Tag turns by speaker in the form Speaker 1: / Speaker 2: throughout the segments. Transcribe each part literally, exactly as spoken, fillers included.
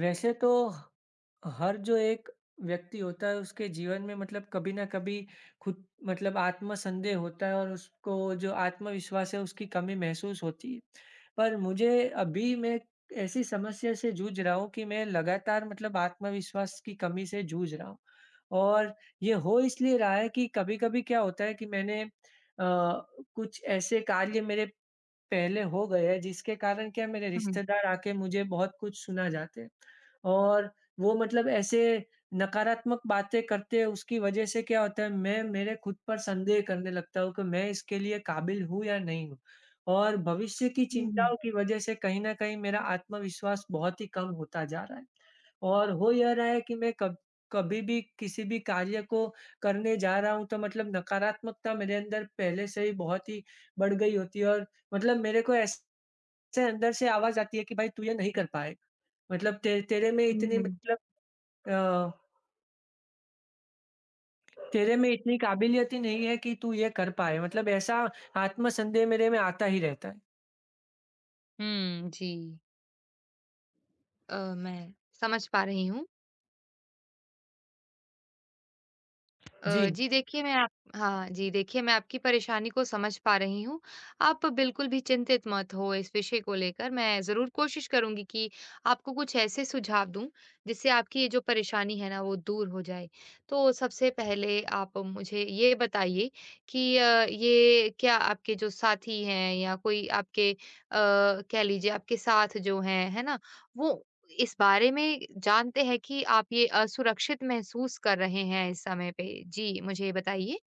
Speaker 1: वैसे तो हर जो एक व्यक्ति होता है उसके जीवन में मतलब कभी ना कभी खुद मतलब आत्मसंदेह होता है और उसको जो आत्मविश्वास है उसकी कमी महसूस होती है। पर मुझे अभी मैं ऐसी समस्या से जूझ रहा हूँ कि मैं लगातार मतलब आत्मविश्वास की कमी से जूझ रहा हूँ। और ये हो इसलिए रहा है कि कभी-कभी क्या होता है कि मैंने अ, कुछ ऐसे कार्य मेरे पहले हो गए हैं जिसके कारण क्या मेरे
Speaker 2: हुँ,
Speaker 1: रिश्तेदार आके मुझे बहुत कुछ सुना जाते हैं। और वो मतलब ऐसे नकारात्मक बातें करते हैं, उसकी वजह से क्या होता है मैं मेरे खुद पर संदेह करने लगता हूँ कि मैं इसके लिए काबिल हूँ या नहीं हूँ। और भविष्य की
Speaker 2: हुँ, हुँ,
Speaker 1: चिंताओं की वजह से कहीं न कहीं मेरा आत्मविश्वास बहुत ही कम होता जा रहा है। और हो यह रहा है कि मैं कब कभी भी किसी भी कार्य को करने जा रहा हूँ तो मतलब नकारात्मकता मेरे अंदर पहले से ही बहुत ही बढ़ गई होती है, और मतलब मेरे को ऐसे अंदर से आवाज़ आती है कि भाई तू ये नहीं कर पाएगा। मतलब ते तेरे में
Speaker 2: हुँ,
Speaker 1: इतनी
Speaker 2: हुँ।
Speaker 1: मतलब अ, तेरे में इतनी काबिलियत ही नहीं है कि तू ये कर पाए। मतलब ऐसा आत्मसंदेह मेरे में आता ही रहता है।
Speaker 2: हुँ, जी। अ, मैं समझ पा रही हूँ।
Speaker 1: जी।
Speaker 2: अ, जी देखिए मैं आप हाँ, जी देखिए मैं आपकी परेशानी को समझ पा रही हूँ। आप बिल्कुल भी चिंतित मत हो इस विषय को लेकर। मैं ज़रूर कोशिश करूँगी कि आपको कुछ ऐसे सुझाव दूँ, जिससे आपकी ये जो परेशानी है ना वो दूर हो जाए। तो सबसे पहले आप मुझे ये बताइए कि अ, ये क्या आपके जो साथी हैं या कोई आपके अ, कह लीजिए आपके साथ जो हैं, है ना? वो इस बारे में जानते हैं कि आप ये असुरक्षित महसूस कर रहे हैं इस समय पे? जी, मुझे बताइए।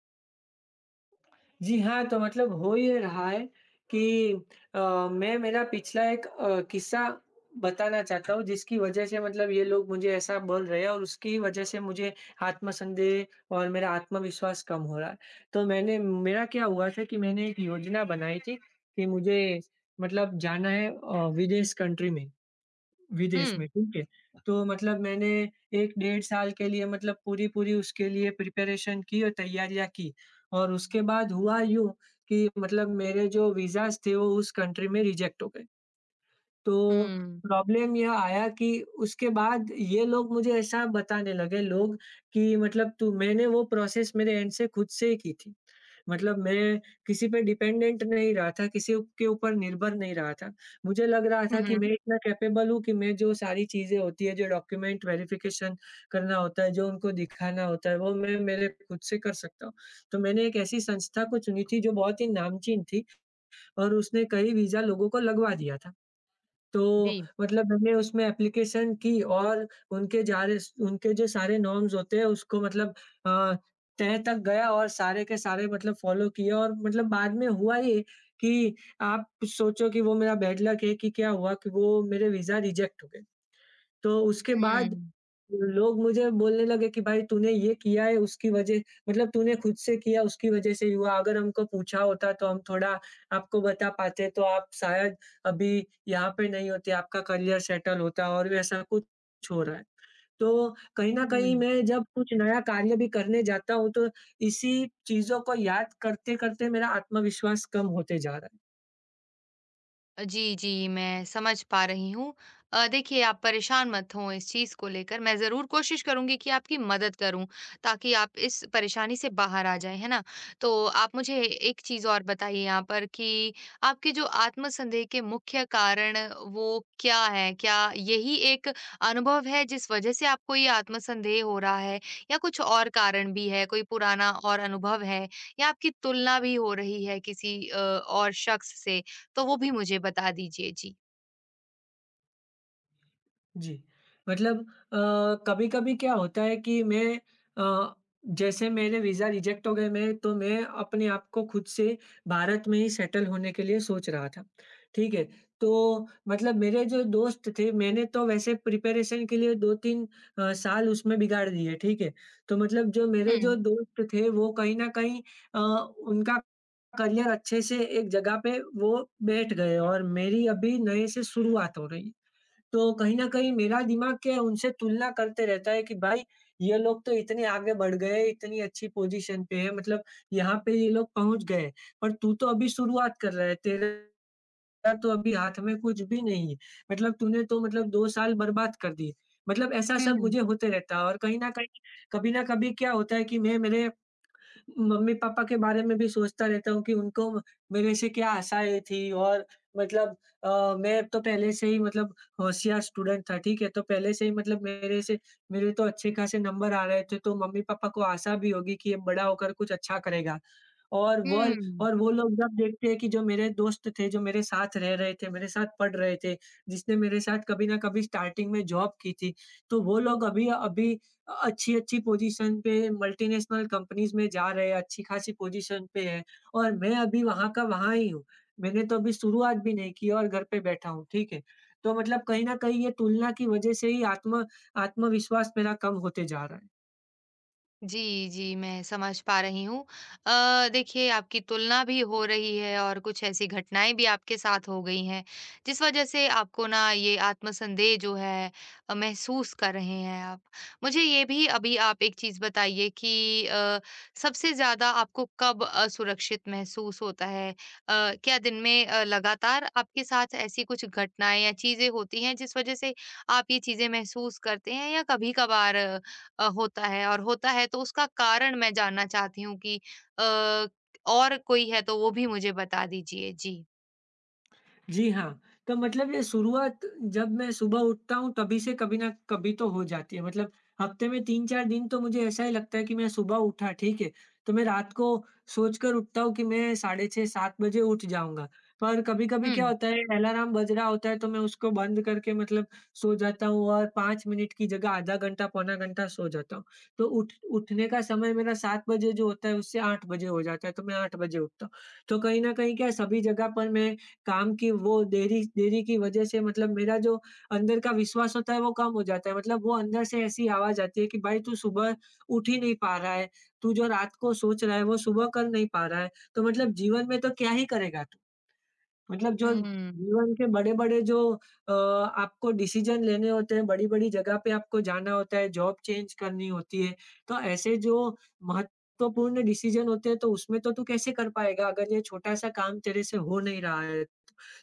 Speaker 1: जी हाँ, तो मतलब हो ये रहा है कि अ, मैं मेरा पिछला एक अ, किस्सा बताना चाहता हूँ, जिसकी वजह से मतलब ये लोग मुझे ऐसा बोल रहे हैं और उसकी वजह से मुझे आत्मसंदेह और मेरा आत्मविश्वास कम हो रहा है। तो मैंने मेरा क्या हुआ था कि मैंने एक योजना बनाई थी कि मुझे मतलब जाना है अ, विदेश कंट्री में। विदेश में,
Speaker 2: हुँ।
Speaker 1: ठीक है। तो मतलब मैंने एक डेढ़ साल के लिए मतलब पूरी-पूरी उसके लिए प्रिपरेशन की और तैयारियाँ की। और उसके बाद हुआ यूँ कि मतलब मेरे जो वीज़ाज़ थे वो उस कंट्री में रिजेक्ट हो गए। तो
Speaker 2: हुँ।
Speaker 1: प्रॉब्लम यह आया कि उसके बाद ये लोग मुझे ऐसा बताने लगे लोग कि मतलब तू मैंने वो प्रोसेस मेरे एंड से खुद से ही की थी। मतलब मैं किसी पे डिपेंडेंट नहीं रहा था, किसी उ के ऊपर निर्भर नहीं रहा था। मुझे लग रहा
Speaker 2: हुँ,
Speaker 1: था कि
Speaker 2: हुँ।
Speaker 1: मैं इतना कैपेबल हूँ कि मैं जो सारी चीज़ें होती हैं, जो डॉक्यूमेंट वेरिफ़िकेशन करना होता है, जो उनको दिखाना होता है, वो मैं मेरे खुद से कर सकता हूँ। तो मैंने एक ऐसी संस्था को चुनी थी जो बहुत ही नामचीन थी और उसने कई वीज़ा लोगों को लगवा दिया था। तो
Speaker 2: जी।
Speaker 1: मतलब मैंने उसमें एप्लीकेशन की और उनके जारे उनके जो सारे नॉर्म्स होते हैं उसको मतलब अ, तह तक गया और सारे के सारे मतलब फ़ॉलो किए, और मतलब बाद में हुआ ये कि आप सोचो कि वो मेरा बैड लक है कि क्या हुआ कि वो मेरे वीज़ा रिजेक्ट हो गए। तो उसके बाद
Speaker 2: हुँ,
Speaker 1: लोग मुझे बोलने लगे कि भाई तूने ये किया है उसकी वजह मतलब तूने खुद से किया उसकी वजह से हुआ। अगर हमको पूछा होता तो हम थोड़ा आपको बता पाते तो आप शायद अभी यहाँ पे नहीं होते, आपका करियर सेटल होता और ऐसा कुछ हो रहा है। तो कहीं न कहीं
Speaker 2: हुँ।
Speaker 1: मैं जब कुछ नया कार्य भी करने जाता हूँ तो इसी चीज़ों को याद करते-करते मेरा आत्मविश्वास कम होते जा रहा है।
Speaker 2: अ, जी, जी, मैं समझ पा रही हूँ। अ, देखिए आप परेशान मत हों इस चीज़ को लेकर, मैं ज़रूर कोशिश करूँगी कि आपकी मदद करूँ, ताकि आप इस परेशानी से बाहर आ जाएँ, है ना? तो आप मुझे एक चीज़ और बताइए यहाँ पर कि आपके जो आत्मसन्देह के मुख्य कारण वो क्या हैं? क्या यही एक अनुभव है जिस वजह से आपको ये आत्मसन्देह हो रहा है या कुछ और कारण भी है? कोई पुराना और अनुभव है या आपकी तुलना भी हो रही है किसी अ, और शख्स से? तो वो भी मुझे बता दीजिए। जी।
Speaker 1: जी, मतलब अ, कभी-कभी क्या होता है कि मैं अ, जैसे मेरे वीज़ा रिजेक्ट हो गए, मैं तो मैं अपने आप को खुद से भारत में ही सेटल होने के लिए सोच रहा था, ठीक है? तो मतलब मेरे जो दोस्त थे मैंने तो वैसे प्रिपरेशन के लिए दो तीन अ, साल उसमें बिगाड़ दिए, ठीक है? तो मतलब जो मेरे जो
Speaker 2: हुँ।
Speaker 1: दोस्त थे वो कहीं न कहीं अ, उनका करियर अच्छे से एक जगह पे वो बैठ गए, और मेरी अभी नए से शुरुआत हो रही है। तो कहीं न कहीं मेरा दिमाग क्या है उनसे तुलना करते रहता है कि भाई ये लोग तो इतने आगे बढ़ गए, इतनी अच्छी पोज़ीशन पे है, मतलब यहाँ पे ये लोग पहुँच गए, पर तू तो अभी शुरुआत कर रहा है, तेरा तो अभी हाथ में कुछ भी नहीं है। मतलब तूने तो मतलब दो साल बर्बाद कर दिए। मतलब ऐसा
Speaker 2: हुँ,
Speaker 1: सब
Speaker 2: हुँ।
Speaker 1: मुझे होते रहता है, और कहीं न कहीं, कभी न कभी क्या होता है कि मैं मेरे मम्मी-पापा के बारे में भी सोचता रहता हूँ कि उनको मेरे से क्या आशाएँ थी, और मतलब अ, मैं तो पहले से ही मतलब होशियार स्टूडेंट था, ठीक है? तो पहले से ही मतलब मेरे से मेरे तो अच्छे खासे नंबर आ रहे थे, तो मम्मी-पापा को आशा भी होगी कि ये बड़ा होकर कुछ अच्छा करेगा। और वल
Speaker 2: हुँ।
Speaker 1: और वो लोग जब देखते हैं कि जो मेरे दोस्त थे, जो मेरे साथ रह रहे थे, मेरे साथ पढ़ रहे थे, जिसने मेरे साथ कभी ना कभी स्टार्टिंग में जॉब की थी, तो वो लोग अभी अभी अ, अच्छी-अच्छी पोज़ीशन पे मल्टीनेशनल कंपनीज़ में जा रहे हैं, अच्छी-खासी पोज़ीशन पे हैं और मैं अभी वहाँ का वहाँ ही हूँ। मैंने तो अभी शुरुआत भी नहीं की और घर पे बैठा हूँ, ठीक है? तो मतलब कहीं न कहीं ये तुलना की वज़ह से ही आत्म आत्मविश्वास मेरा कम होते जा रहा है।
Speaker 2: जी, जी, मैं समझ पा रही हूँ। अ, देखिए आपकी तुलना भी हो रही है और कुछ ऐसी घटनाएँ भी आपके साथ हो गई हैं, जिस वजह से आपको ना ये आत्मसंदेह जो है अ, महसूस कर रहे हैं आप। मुझे ये भी अभी आप एक चीज़ बताइए कि अ, सबसे ज़्यादा आपको कब असुरक्षित महसूस होता है? अ, क्या दिन में अ, लगातार आपके साथ ऐसी कुछ घटनाएँ या चीज़ें होती हैं जिस वजह से आप ये चीज़ें महसूस करते हैं या कभी-कभार अ, होता है और होता है तो उसका कारण मैं जानना चाहती हूँ कि अ, और कोई है तो वो भी मुझे बता दीजिए? जी।
Speaker 1: जी हाँ, तो मतलब ये शुरुआत जब मैं सुबह उठता हूँ तभी से कभी न कभी तो हो जाती है। मतलब हफ्ते में तीन चार दिन तो मुझे ऐसा ही लगता है कि मैं सुबह उठा, ठीक है? तो मैं रात को सोचकर उठता हूँ कि मैं साढ़े छह सात बजे उठ जाऊँगा। पर कभी-कभी क्या
Speaker 2: हुँ।
Speaker 1: होता है अलार्म बज रहा होता है तो मैं उसको बंद करके मतलब सो जाता हूँ, और पाँच मिनट की जगह आधा घंटा, पौना घंटा सो जाता हूँ। तो उठ उठने का समय मेरा सात बजे जो होता है उससे आठ बजे हो जाता है, तो मैं आठ बजे उठता हूँ। तो कहीं न कहीं क्या सभी जगह पर मैं काम की वो देरी देरी की वजह से मतलब मेरा जो अंदर का विश्वास होता है वो कम हो जाता है। मतलब वो अंदर से ऐसी आवाज़ आती है कि भाई तू सुबह उठ ही नहीं पा रहा है, तू जो रात को सोच रहा है वो सुबह कर नहीं पा रहा है। तो मतलब जीवन में तो क्या ही करेगा तू? मतलब जो
Speaker 2: हुँ।
Speaker 1: जीवन के बड़े-बड़े जो अ, आपको डिसीज़न लेने होते हैं, बड़ी-बड़ी जगह पे आपको जाना होता है, जॉब चेंज करनी होती है, तो ऐसे जो महत्वपूर्ण डिसीज़न होते हैं तो उसमें तो तू कैसे कर पाएगा अगर ये छोटा-सा काम तेरे से हो नहीं रहा है,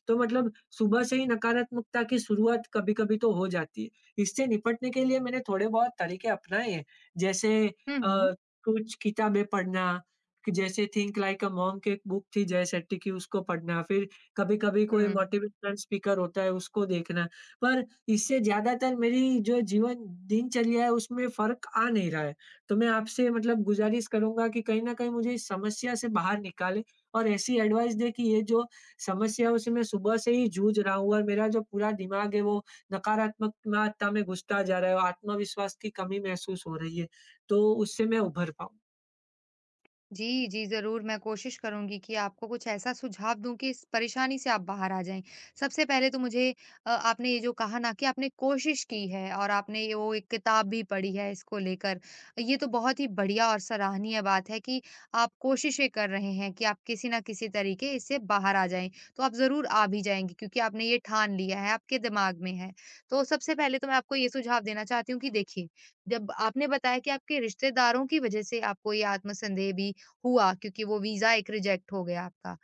Speaker 1: तो मतलब सुबह से ही नकारात्मकता की शुरुआत कभी-कभी तो हो जाती है। इससे निपटने के लिए मैंने थोड़े बहुत तरीके अपनाए हैं, जैसे
Speaker 2: हुँ,
Speaker 1: अ,
Speaker 2: हुँ,
Speaker 1: कुछ किताबें पढ़ना, कि जैसे थिंक लाइक अ मॉन्क एक बुक थी जय शेट्टी की, उसको पढ़ना, फिर कभी-कभी कोई
Speaker 2: हुँ।
Speaker 1: मोटिवेशनल स्पीकर होता है, उसको देखना। पर इससे ज़्यादातर मेरी जो जीवन दिनचर्या है, उसमें फ़र्क आ नहीं रहा है। तो मैं आपसे मतलब गुज़ारिश करूँगा कि कहीं न कहीं मुझे इस समस्या से बाहर निकालें और ऐसी एडवाइस दें कि ये जो समस्याओं से मैं सुबह से ही जूझ रहा हूँ और मेरा जो पूरा दिमाग है वो नकारात्मकता में घुसता जा रहा है और आत्मविश्वास की कमी महसूस हो रही है। तो उससे मैं उभर पाऊँ।
Speaker 2: जी, जी, ज़रूर मैं कोशिश करूँगी कि आपको कुछ ऐसा सुझाव दूँ कि इस परेशानी से आप बाहर आ जाएँ। सबसे पहले तो मुझे अ, आपने ये जो कहा ना कि आपने कोशिश की है और आपने ये वो एक किताब भी पढ़ी है इसको लेकर। ये तो बहुत ही बढ़िया और सराहनीय बात है कि आप कोशिशें कर रहे हैं कि आप किसी न किसी तरीके इससे बाहर आ जाएँ। तो आप ज़रूर आ भी जाएँगे क्योंकि आपने ये ठान लिया है, आपके दिमाग में है। तो सबसे पहले तो मैं आपको ये सुझाव देना चाहती हूँ कि देखिए, जब आपने बताया कि आपके रिश्तेदारों की वज़ह से आपको ये आत्मसंदेह भी हुआ क्योंकि वो वीज़ा एक रिजेक्ट हो गया आपका।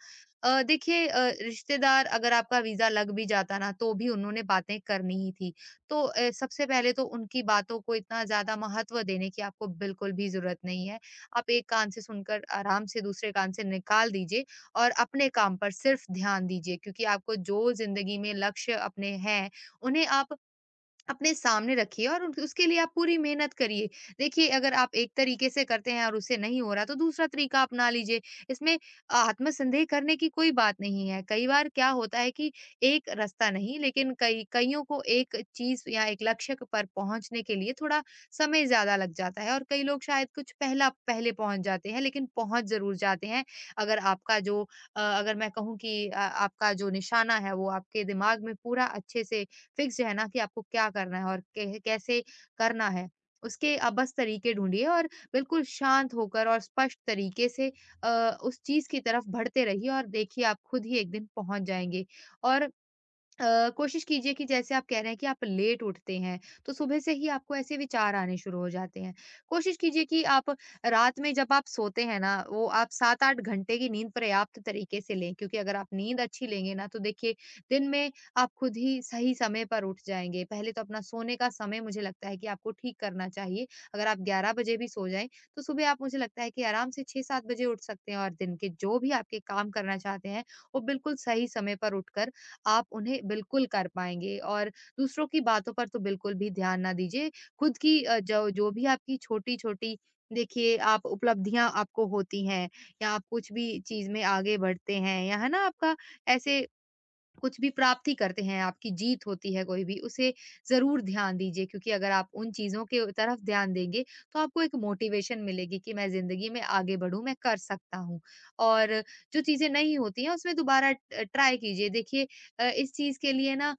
Speaker 2: अ, देखिए, अ, रिश्तेदार अगर आपका वीज़ा लग भी जाता ना तो भी उन्होंने बातें करनी ही थी। तो अ, सबसे पहले तो उनकी बातों को इतना ज़्यादा महत्व देने की आपको बिल्कुल भी ज़रूरत नहीं है। आप एक कान से सुनकर आराम से दूसरे कान से निकाल दीजिए और अपने काम पर सिर्फ़ ध्यान दीजिए क्योंकि आपको जो ज़िंदगी में लक्ष्य अपने हैं, उन्हें आप अपने सामने रखिए और उस उसके लिए आप पूरी मेहनत करिए। देखिए, अगर आप एक तरीके से करते हैं और उससे नहीं हो रहा तो दूसरा तरीका अपना लीजिए। इसमें आत्मसन्देह करने की कोई बात नहीं है। कई बार क्या होता है कि एक रास्ता नहीं, लेकिन कई कइयों को एक चीज़ या एक लक्ष्य क पर पहुँचने के लिए थोड़ा समय ज़्यादा लग जाता है और कई लोग शायद कुछ पहला पहले पहुँच जाते हैं लेकिन पहुँच ज़रूर जाते हैं। अगर आपका जो अ, अगर मैं कहूँ कि अ, आपका जो निशाना है वो आपके दिमाग में पूरा अच्छे से फिक्स्ड है ना कि आपको क्या करना है और कै कैसे करना है। उसके आप बस तरीके ढूँढिए और बिल्कुल शांत होकर और स्पष्ट तरीके से अ, उस चीज़ की तरफ बढ़ते रहिए और देखिए आप खुद ही एक दिन पहुँच जाएँगे। और अ, कोशिश कीजिए कि जैसे आप कह रहे हैं कि आप लेट उठते हैं, तो सुबह से ही आपको ऐसे विचार आने शुरू हो जाते हैं। कोशिश कीजिए कि आप रात में जब आप सोते हैं ना, वो आप सात आठ घंटे की नींद पर्याप्त तरीके से लें क्योंकि अगर आप नींद अच्छी लेंगे ना, तो देखिए दिन में आप खुद ही सही समय पर उठ जाएँगे। पहले तो अपना सोने का समय मुझे लगता है कि आपको ठीक करना चाहिए। अगर आप ग्यारह बजे भी सो जाएँ, तो सुबह आप मुझे लगता है कि आराम से छह सात बजे उठ सकते हैं और दिन के जो भी आपके काम करना चाहते हैं, वो बिल्कुल सही समय पर उठकर आप उन्हें बिल्कुल कर पाएँगे और दूसरों की बातों पर तो बिल्कुल भी ध्यान ना दीजिए। खुद की अ, जो जो भी आपकी छोटी-छोटी, देखिए आप उपलब्धियाँ आपको होती हैं या आप कुछ भी चीज़ में आगे बढ़ते हैं या है ना आपका ऐसे कुछ भी प्राप्ति करते हैं, आपकी जीत होती है कोई भी, उसे ज़रूर ध्यान दीजिए क्योंकि अगर आप उन चीज़ों के तरफ ध्यान देंगे, तो आपको एक मोटिवेशन मिलेगी कि मैं ज़िंदगी में आगे बढ़ूँ, मैं कर सकता हूँ। और जो चीज़ें नहीं होती हैं, उसमें दोबारा अ, ट्राई कीजिए। देखिए, अ, इस चीज़ के लिए ना अ,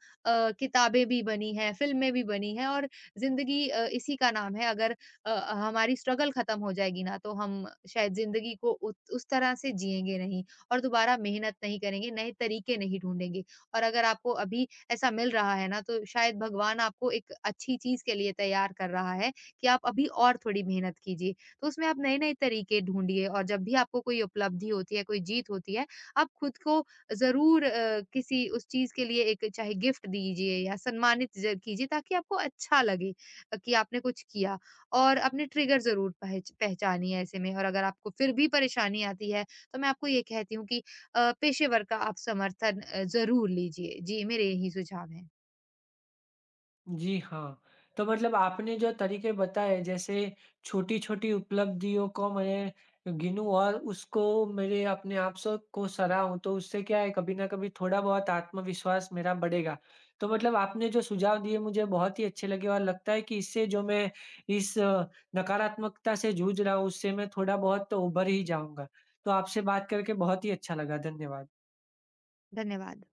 Speaker 2: किताबें भी बनी हैं, फ़िल्में भी बनी हैं और ज़िंदगी अ, इसी का नाम है। अगर अ, हमारी स्ट्रगल ख़त्म हो जाएगी ना, तो हम शायद ज़िंदगी को उत उस तरह से जिएँगे नहीं और दोबारा मेहनत नहीं करेंगे, नए तरीके नहीं ढूँढेंगे। और अगर आपको अभी ऐसा मिल रहा है ना, तो शायद भगवान आपको एक अच्छी चीज़ के लिए तैयार कर रहा है कि आप अभी और थोड़ी मेहनत कीजिए। तो उसमें आप नए-नए तरीके ढूँढिए और जब भी आपको कोई उपलब्धि होती है, कोई जीत होती है, आप खुद को ज़रूर अ, किसी उस चीज़ के लिए एक चाहे गिफ्ट दीजिए या सम्मानित ज कीजिए ताकि आपको अच्छा लगे अ, कि आपने कुछ किया। और अपने ट्रिगर ज़रूर पहच पहचानिए ऐसे में, और अगर आपको फिर भी परेशानी आती है, तो मैं आपको ये कहती हूँ कि अ, पेशेवर का आप समर्थन अ, ज़रूर लीजिए। जी, मेरे यही सुझाव हैं।
Speaker 1: जी हाँ, तो मतलब आपने जो तरीके बताए जैसे छोटी-छोटी उपलब्धियों को मैं गिनूँ और उसको मेरे अपने आप स को सराहूँ, तो उससे क्या है कभी न कभी थोड़ा-बहुत आत्मविश्वास मेरा बढ़ेगा। तो मतलब आपने जो सुझाव दिए मुझे बहुत ही अच्छे लगे और लगता है कि इससे जो मैं इस अ, नकारात्मकता से जूझ रहा हूँ उससे मैं थोड़ा-बहुत तो उभर ही जाऊँगा। तो आपसे बात करके बहुत ही अच्छा लगा। धन्यवाद।
Speaker 2: धन्यवाद।